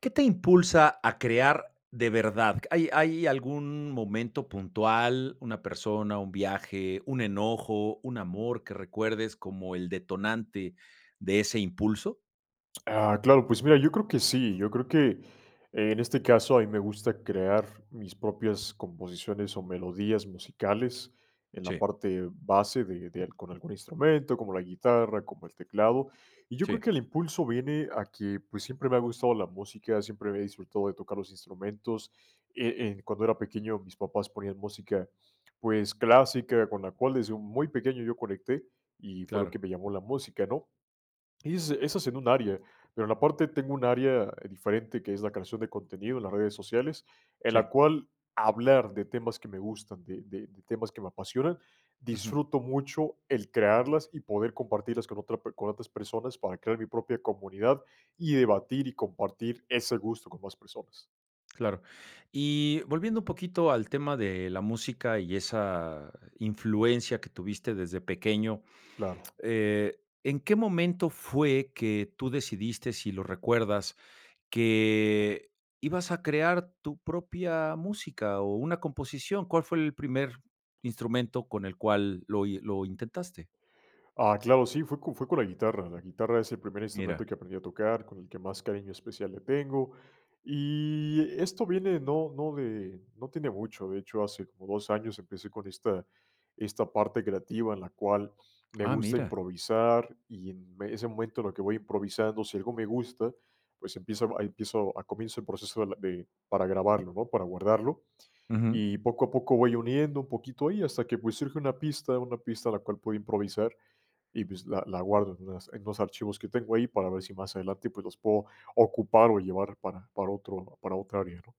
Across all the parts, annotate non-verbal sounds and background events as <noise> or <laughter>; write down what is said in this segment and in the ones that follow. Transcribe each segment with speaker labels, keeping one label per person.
Speaker 1: ¿Qué te impulsa a crear de verdad? ¿Hay algún momento puntual, una persona, un viaje, un enojo, un amor que recuerdes como el detonante de ese impulso?
Speaker 2: Ah, claro, pues mira, yo creo que sí, yo creo que en este caso a mí me gusta crear mis propias composiciones o melodías musicales en la
Speaker 1: Sí,
Speaker 2: parte base con algún instrumento, como la guitarra, como el teclado. Y yo creo
Speaker 1: sí,
Speaker 2: que el impulso viene a que pues siempre me ha gustado la música, siempre he disfrutado de tocar los instrumentos. Cuando era pequeño mis papás ponían música pues clásica, con la cual desde muy pequeño yo conecté y fue lo que
Speaker 1: claro,
Speaker 2: me llamó la música, ¿no? Y esa es en un área, pero en la parte tengo un área diferente que es la creación de contenido en las redes sociales, en la
Speaker 1: sí,
Speaker 2: cual hablar de temas que me gustan, de temas que me apasionan,
Speaker 1: ujú,
Speaker 2: disfruto mucho el crearlas y poder compartirlas con, con otras personas para crear mi propia comunidad y debatir y compartir ese gusto con más personas.
Speaker 1: claro. Y volviendo un poquito al tema de la música y esa influencia que tuviste desde pequeño,
Speaker 2: Claro.
Speaker 1: ¿en qué momento fue que tú decidiste, si lo recuerdas, que ibas a crear tu propia música o una composición? ¿Cuál fue el primer instrumento con el cual lo intentaste?
Speaker 2: Ah, claro, sí, fue con la guitarra. La guitarra es el primer
Speaker 1: Mira.
Speaker 2: instrumento que aprendí a tocar, con el que más cariño especial le tengo. Y esto viene no tiene mucho, de hecho, hace como 2 años empecé con esta parte creativa en la cual me
Speaker 1: Ah,
Speaker 2: gusta
Speaker 1: mira.
Speaker 2: improvisar, y ese momento en lo que voy improvisando, si algo me gusta, pues empiezo a empiezo a comienzo el proceso de la de para grabarlo, ¿no? Para guardarlo.
Speaker 1: Ujú.
Speaker 2: Y poco a poco voy uniendo un poquito ahí hasta que, pues, surge una pista la cual puedo improvisar y, pues, la la guardo en unas en unos archivos que tengo ahí para ver si más adelante, pues, los puedo ocupar o llevar para otra área, ¿no?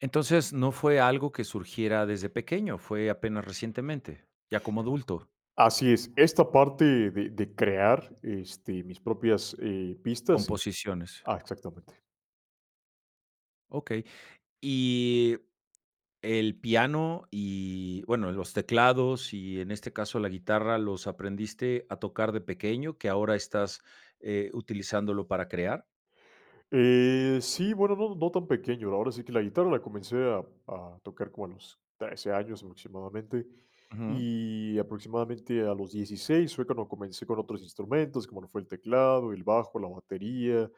Speaker 1: Entonces, no fue algo que surgiera desde pequeño, fue apenas recientemente, ya como adulto,
Speaker 2: Así es, esta parte de crear, mis propias, pistas y
Speaker 1: composiciones.
Speaker 2: ah, exactamente.
Speaker 1: Okey. Y el piano y, bueno, los teclados y, en este caso, la guitarra, ¿los aprendiste a tocar de pequeño, que ahora estás, utilizándolo para crear?
Speaker 2: Sí, bueno, no, no tan pequeño. Ahora sí que la guitarra la comencé a tocar como a los 13 años aproximadamente.
Speaker 1: Ujú.
Speaker 2: Y aproximadamente a los 16 fue cuando comencé con otros instrumentos, como lo fue el teclado, el bajo, la batería,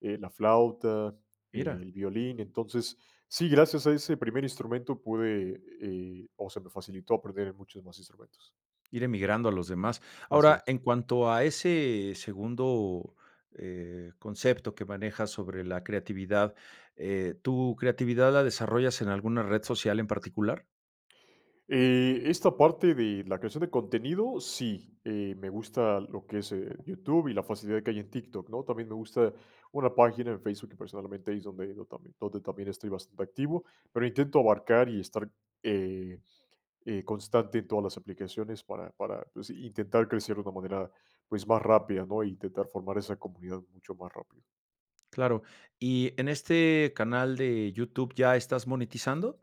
Speaker 2: la flauta,
Speaker 1: Mira,
Speaker 2: el violín. Entonces, sí, gracias a ese primer instrumento pude, o se me facilitó aprender muchos más instrumentos.
Speaker 1: ir emigrando a los demás.
Speaker 2: Así
Speaker 1: Ahora,
Speaker 2: es.
Speaker 1: en cuanto a ese segundo, concepto que manejas sobre la creatividad, ¿tu creatividad la desarrollas en alguna red social en particular?
Speaker 2: Esta parte de la creación de contenido, sí, me gusta lo que es YouTube y la facilidad que hay en TikTok, ¿no? También me gusta una página en Facebook que personalmente es donde, yo también, donde también estoy bastante activo, pero intento abarcar y estar eh, constante en todas las aplicaciones para pues, intentar crecer de una manera pues, más rápida, ¿no? E intentar formar esa comunidad mucho más rápido.
Speaker 1: Claro. ¿Y en este canal de YouTube ya estás monetizando?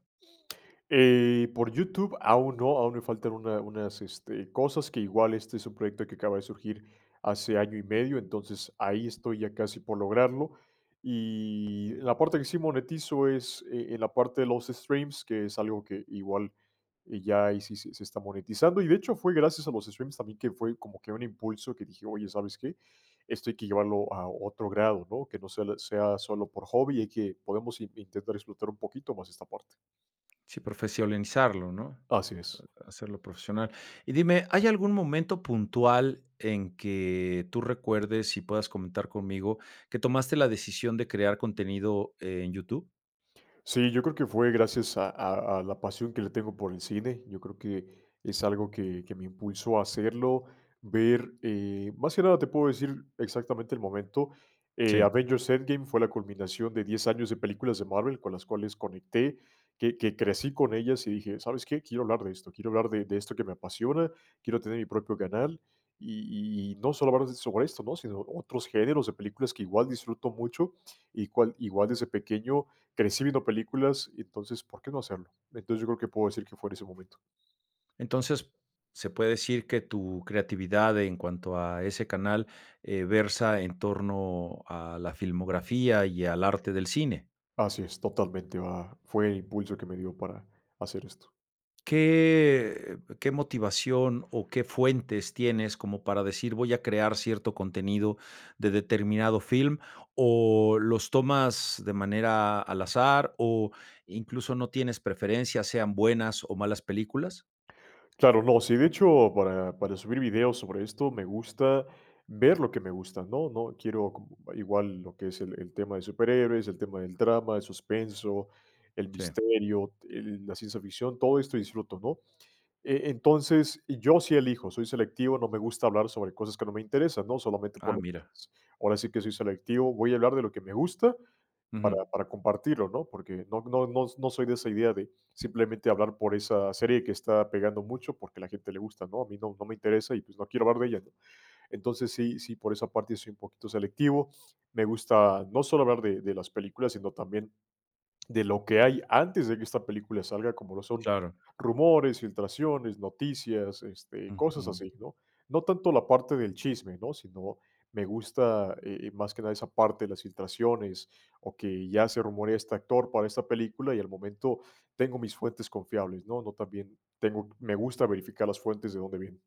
Speaker 2: Por YouTube aún no, aún me faltan unas, cosas que igual este es un proyecto que acaba de surgir hace año y medio, entonces ahí estoy ya casi por lograrlo. Y la parte que sí monetizo es, en la parte de los streams, que es algo que igual, ya ahí sí se se está monetizando. Y de hecho fue gracias a los streams también que fue como que un impulso que dije: "Oye, ¿sabes qué? Esto hay que llevarlo a otro grado, ¿no? Que no sea solo por hobby, hay que podemos in intentar explotar un poquito más esta parte".
Speaker 1: Sí, profesionalizarlo, ¿no?
Speaker 2: Así es.
Speaker 1: Hacerlo profesional. Y dime, ¿hay algún momento puntual en que tú recuerdes y puedas comentar conmigo que tomaste la decisión de crear contenido en YouTube?
Speaker 2: Sí, yo creo que fue gracias a, a la pasión que le tengo por el cine. Yo creo que es algo que me impulsó a hacerlo, ver, más que nada te puedo decir exactamente el momento.
Speaker 1: Sí.
Speaker 2: Avengers Endgame fue la culminación de 10 años de películas de Marvel con las cuales conecté, que crecí con ellas y dije, ¿sabes qué? Quiero hablar de esto, quiero hablar de esto que me apasiona, quiero tener mi propio canal y no solo hablar sobre esto, ¿no? Sino otros géneros de películas que igual disfruto mucho y cual, igual desde pequeño crecí viendo películas, entonces, ¿por qué no hacerlo? Entonces, yo creo que puedo decir que fue en ese momento.
Speaker 1: Entonces, se puede decir que tu creatividad en cuanto a ese canal, versa en torno a la filmografía y al arte del cine.
Speaker 2: Así es, totalmente, va, fue el impulso que me dio para hacer esto.
Speaker 1: ¿Qué motivación o qué fuentes tienes como para decir: "Voy a crear cierto contenido de determinado film", o los tomas de manera al azar, o incluso no tienes preferencias sean buenas o malas películas?
Speaker 2: Claro, no, sí, de hecho, para subir videos sobre esto, me gusta ver lo que me gusta, ¿no? No quiero igual lo que es el tema de superhéroes, el tema del drama, el suspenso, el
Speaker 1: Sí.
Speaker 2: misterio, la ciencia ficción, todo esto disfruto, ¿no? Entonces, yo sí elijo, soy selectivo, no me gusta hablar sobre cosas que no me interesan, ¿no? Solamente por
Speaker 1: Ah,
Speaker 2: lo.
Speaker 1: mira.
Speaker 2: Ahora sí que soy selectivo, voy a hablar de lo que me gusta
Speaker 1: Ujú.
Speaker 2: para compartirlo, ¿no? Porque no, no, no, no soy de esa idea de simplemente hablar por esa serie que está pegando mucho porque la gente le gusta, ¿no? A mí no, no me interesa y pues no quiero hablar de ella, ¿no? Entonces sí, sí, por esa parte soy un poquito selectivo. Me gusta no solo hablar de las películas, sino también de lo que hay antes de que esta película salga, como lo son
Speaker 1: Claro.
Speaker 2: rumores, filtraciones, noticias, cosas
Speaker 1: Ujú.
Speaker 2: así, ¿no? No tanto la parte del chisme, ¿no? Sino me gusta más que nada esa parte de las filtraciones o que ya se rumorea este actor para esta película y al momento tengo mis fuentes confiables, ¿no? No también tengo, me gusta verificar las fuentes de dónde vienen.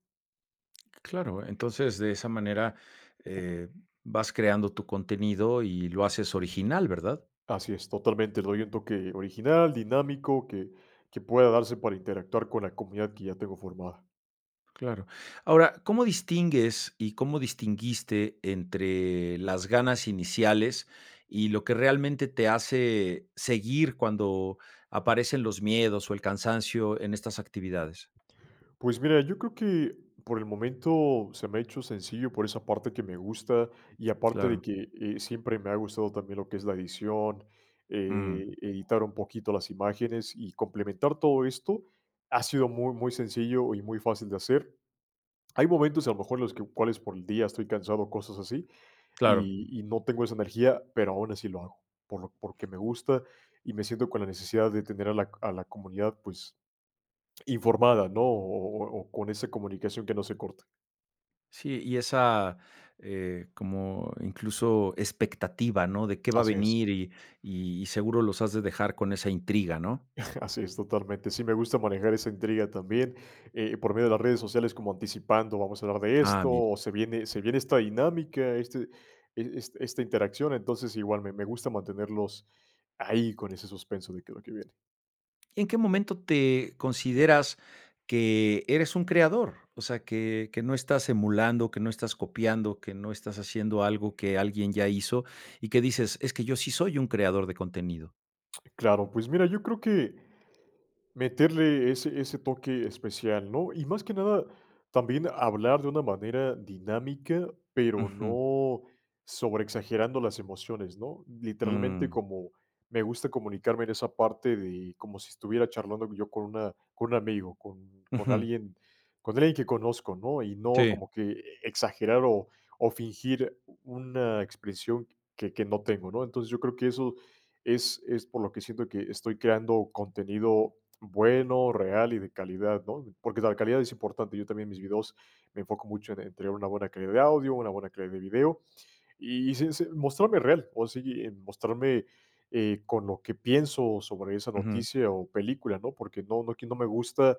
Speaker 1: Claro, entonces de esa manera eh, vas creando tu contenido y lo haces original, ¿verdad?
Speaker 2: Así es, totalmente. Le doy un toque original, dinámico, que pueda darse para interactuar con la comunidad que ya tengo formada.
Speaker 1: Claro. Ahora, ¿cómo distingues y cómo distinguiste entre las ganas iniciales y lo que realmente te hace seguir cuando aparecen los miedos o el cansancio en estas actividades?
Speaker 2: Pues mira, yo creo que por el momento se me ha hecho sencillo por esa parte que me gusta y aparte
Speaker 1: Claro.
Speaker 2: de que siempre me ha gustado también lo que es la edición,
Speaker 1: Mm,
Speaker 2: editar un poquito las imágenes y complementar todo esto ha sido muy, muy sencillo y muy fácil de hacer. Hay momentos a lo mejor en los que, cuales por el día estoy cansado, cosas así,
Speaker 1: claro.
Speaker 2: y no tengo esa energía, pero aún así lo hago, porque me gusta y me siento con la necesidad de tener a la comunidad pues informada, ¿no? O con esa comunicación que no se corte.
Speaker 1: Sí, y esa, como incluso expectativa, ¿no? De qué va a
Speaker 2: Así es.
Speaker 1: venir y seguro los has de dejar con esa intriga, ¿no?
Speaker 2: <laughs> Así es, totalmente. Sí, me gusta manejar esa intriga también, por medio de las redes sociales, como anticipando, vamos a hablar de
Speaker 1: Ah,
Speaker 2: esto,
Speaker 1: mira.
Speaker 2: o se viene esta dinámica, este e es esta interacción, entonces igual me gusta mantenerlos ahí con ese suspenso de qué es lo que viene.
Speaker 1: ¿Y en qué momento te consideras que eres un creador? O sea, que no estás emulando, que no estás copiando, que no estás haciendo algo que alguien ya hizo y que dices: "Es que yo sí soy un creador de contenido".
Speaker 2: Claro, pues mira, yo creo que meterle ese toque especial, ¿no? Y más que nada, también hablar de una manera dinámica, pero
Speaker 1: Ujú,
Speaker 2: no sobreexagerando las emociones, ¿no? Literalmente
Speaker 1: mm,
Speaker 2: como me gusta comunicarme en esa parte de como si estuviera charlando yo con una con un amigo,
Speaker 1: ujú.
Speaker 2: con alguien que conozco, ¿no? Y no
Speaker 1: Sí,
Speaker 2: como que exagerar o fingir una expresión que no tengo, ¿no? Entonces, yo creo que eso es por lo que siento que estoy creando contenido bueno, real y de calidad, ¿no? Porque la calidad es importante. Yo también en mis videos me enfoco mucho en tener una buena calidad de audio, una buena calidad de video y, mostrarme real, o sea, y, mostrarme con lo que pienso sobre esa
Speaker 1: ujú,
Speaker 2: noticia o película, ¿no? Porque no, no, que no me gusta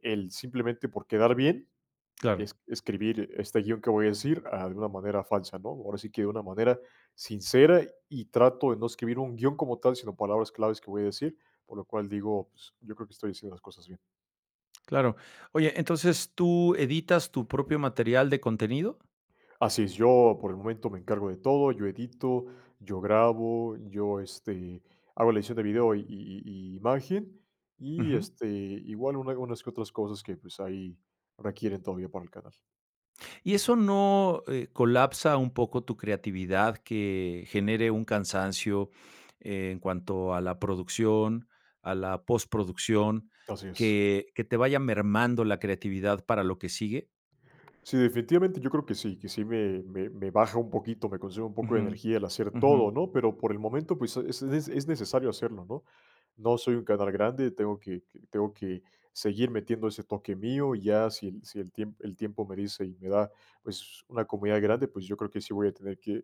Speaker 2: el simplemente por quedar bien
Speaker 1: claro.
Speaker 2: es escribir este guión que voy a decir, de una manera falsa, ¿no? Ahora sí que de una manera sincera y trato de no escribir un guión como tal, sino palabras claves que voy a decir, por lo cual digo, pues, yo creo que estoy haciendo las cosas bien.
Speaker 1: Claro. Oye, entonces, ¿tú editas tu propio material de contenido?
Speaker 2: Así es, yo por el momento me encargo de todo, yo edito, yo grabo, yo hago la edición de video y imagen y
Speaker 1: Ujú.
Speaker 2: igual unas que otras cosas que pues ahí requieren todavía para el canal.
Speaker 1: ¿Y eso no, colapsa un poco tu creatividad, que genere un cansancio en cuanto a la producción, a la postproducción,
Speaker 2: Así es.
Speaker 1: que te vaya mermando la creatividad para lo que sigue?
Speaker 2: Sí, definitivamente yo creo que sí me baja un poquito, me consume un poco de
Speaker 1: Ujú,
Speaker 2: energía el hacer
Speaker 1: ujú,
Speaker 2: todo, ¿no? Pero por el momento, pues es, es necesario hacerlo, ¿no? No soy un canal grande, tengo tengo que seguir metiendo ese toque mío y ya si, si el tiempo, el tiempo me dice y me da pues una comunidad grande, pues yo creo que sí voy a tener que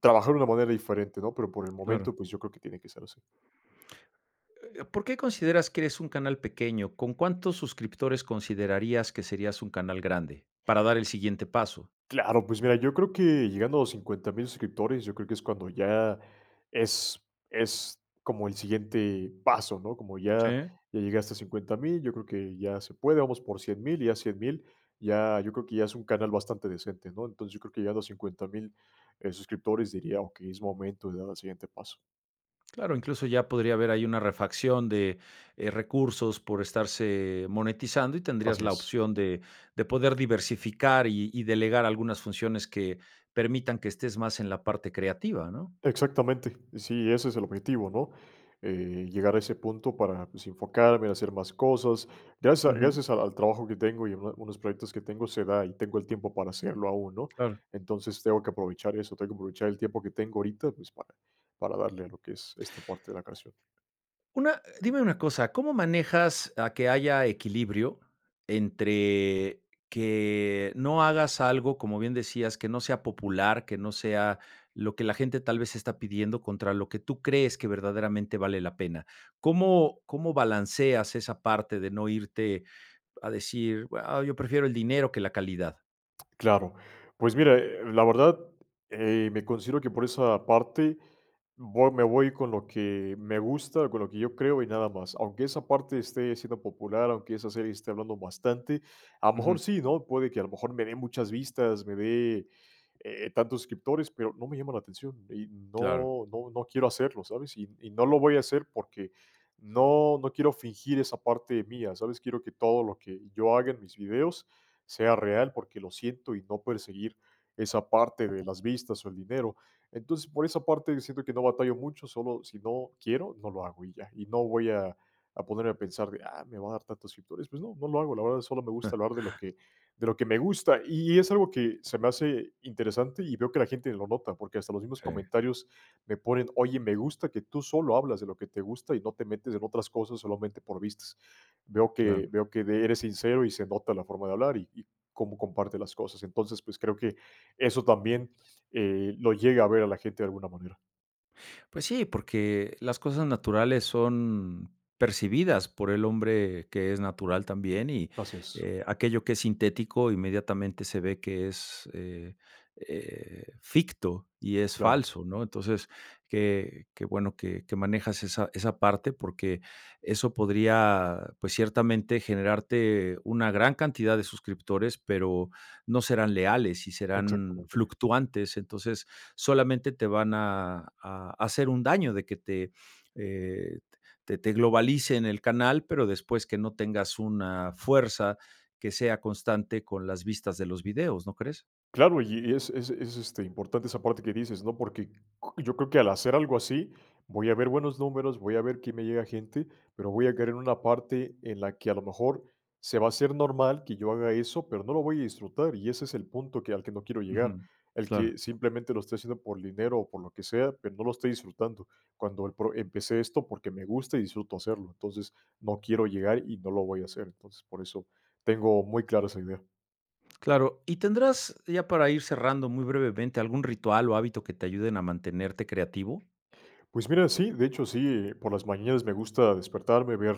Speaker 2: trabajar de una manera diferente, ¿no? Pero por el
Speaker 1: claro.
Speaker 2: momento, pues yo creo que tiene que ser así.
Speaker 1: ¿Por qué consideras que eres un canal pequeño? ¿Con cuántos suscriptores considerarías que serías un canal grande para dar el siguiente paso?
Speaker 2: Claro, pues mira, yo creo que llegando a los 50,000 suscriptores, yo creo que es cuando ya es como el siguiente paso, ¿no? Como
Speaker 1: Sí.
Speaker 2: ya ya llegaste a 50,000, yo creo que ya se puede, vamos por 100,000 y ya 100,000, ya yo creo que ya es un canal bastante decente, ¿no? Entonces, yo creo que llegando a 50,000 suscriptores diría: "Okey, es momento de dar el siguiente paso".
Speaker 1: Claro, incluso ya podría haber ahí una refacción de, recursos por estarse monetizando y tendrías
Speaker 2: Así
Speaker 1: la
Speaker 2: es.
Speaker 1: opción de poder diversificar y delegar algunas funciones que permitan que estés más en la parte creativa, ¿no?
Speaker 2: Exactamente, sí, ese es el objetivo, ¿no? Llegar a ese punto para pues, enfocarme en hacer más cosas. Gracias, a-
Speaker 1: Ujú,
Speaker 2: gracias al trabajo que tengo y a unos proyectos que tengo se da y tengo el tiempo para hacerlo aún, ¿no?
Speaker 1: claro.
Speaker 2: Entonces tengo que aprovechar eso, tengo que aprovechar el tiempo que tengo ahorita pues, para darle a lo que es esta parte de la creación.
Speaker 1: Una dime una cosa, ¿cómo manejas a que haya equilibrio entre que no hagas algo, como bien decías, que no sea popular, que no sea lo que la gente tal vez está pidiendo contra lo que tú crees que verdaderamente vale la pena? ¿Cómo balanceas esa parte de no irte a decir: "Ah, yo prefiero el dinero que la calidad"?
Speaker 2: Claro. Pues mira, la verdad, me considero que por esa parte voy me voy con lo que me gusta, con lo que yo creo y nada más. Aunque esa parte esté siendo popular, aunque esa serie esté hablando bastante, a lo mejor
Speaker 1: Ujú,
Speaker 2: sí, ¿no? Puede que a lo mejor me dé muchas vistas, me dé, tantos suscriptores, pero no me llama la atención y
Speaker 1: claro,
Speaker 2: no quiero hacerlo, ¿sabes? Y no lo voy a hacer porque no quiero fingir esa parte mía, ¿sabes? Quiero que todo lo que yo haga en mis videos sea real, porque lo siento y no perseguir esa parte de las vistas o el dinero. Entonces, por esa parte siento que no batallo mucho, solo si no quiero, no lo hago y ya. Y no voy a ponerme a pensar de, ah, me va a dar tantos suscriptores. Pues no, no lo hago. La verdad, solo me gusta hablar de lo que me gusta. Y es algo que se me hace interesante y veo que la gente lo nota, porque hasta los mismos
Speaker 1: sí,
Speaker 2: comentarios me ponen, oye, me gusta que tú solo hablas de lo que te gusta y no te metes en otras cosas solamente por vistas veo
Speaker 1: claro.
Speaker 2: que, veo que de- eres sincero y se nota la forma de hablar y cómo comparte las cosas. Entonces, pues creo que eso también lo llega a ver a la gente de alguna manera.
Speaker 1: Pues sí, porque las cosas naturales son percibidas por el hombre que es natural también y,
Speaker 2: Así es,
Speaker 1: eh, aquello que es sintético inmediatamente se ve que es, ficto y es
Speaker 2: claro,
Speaker 1: falso, ¿no? Entonces, qué bueno que manejas esa parte, porque eso podría, pues, ciertamente generarte una gran cantidad de suscriptores, pero no serán leales y serán
Speaker 2: exactamente.
Speaker 1: fluctuantes. Entonces, solamente te van a, hacer un daño de que te, eh, te globalice en el canal, pero después que no tengas una fuerza que sea constante con las vistas de los videos, ¿no crees?
Speaker 2: Claro, y es importante esa parte que dices, ¿no? Yo creo que al hacer algo así, voy a ver buenos números, voy a ver que me llega gente, pero voy a caer en una parte en la que a lo mejor se va a hacer normal que yo haga eso, pero no lo voy a disfrutar, y ese es el punto que al que no quiero llegar,
Speaker 1: Ujú,
Speaker 2: el
Speaker 1: claro.
Speaker 2: que simplemente lo esté haciendo por dinero o por lo que sea, pero no lo esté disfrutando, cuando el pro empecé esto porque me gusta y disfruto hacerlo, entonces no quiero llegar y no lo voy a hacer, entonces por eso tengo muy clara esa idea.
Speaker 1: Claro, y tendrás, ya para ir cerrando muy brevemente, algún ritual o hábito que te ayuden a mantenerte creativo.
Speaker 2: Pues mira, sí, de hecho sí, por las mañanas me gusta despertarme, ver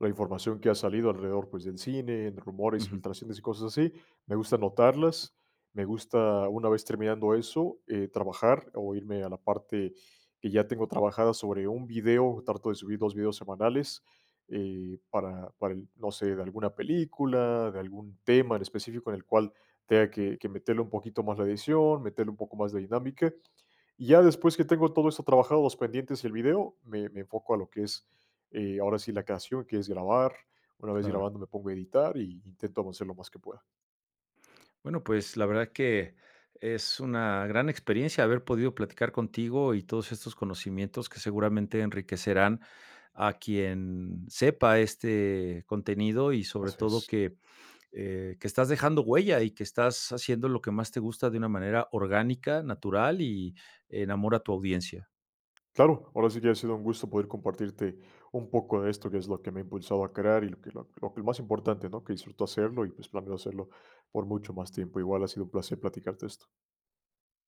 Speaker 2: la información que ha salido alrededor, pues, del cine, en rumores,
Speaker 1: Ujú,
Speaker 2: filtraciones y cosas así. Me gusta anotarlas, me gusta, una vez terminando eso, trabajar o irme a la parte que ya tengo trabajada sobre un video, trato de subir 2 videos semanales, para el no sé, de alguna película, de algún tema en específico en el cual tenga que meterle un poquito más la edición, meterle un poco más de dinámica. Y ya después que tengo todo esto trabajado, los pendientes y el video, me enfoco a lo que es, ahora sí, la creación, que es grabar. Una vez
Speaker 1: claro.
Speaker 2: grabando me pongo a editar y intento avanzar lo más que pueda.
Speaker 1: Bueno, pues la verdad que es una gran experiencia haber podido platicar contigo y todos estos conocimientos que seguramente enriquecerán a quien sepa este contenido y sobre
Speaker 2: Así
Speaker 1: todo
Speaker 2: es.
Speaker 1: que, que estás dejando huella y que estás haciendo lo que más te gusta de una manera orgánica, natural y enamora a tu audiencia.
Speaker 2: Claro, ahora sí que ha sido un gusto poder compartirte un poco de esto, que es lo que me ha impulsado a crear y lo más importante, ¿no? Que disfruto hacerlo y pues planeo hacerlo por mucho más tiempo. Igual ha sido un placer platicarte esto.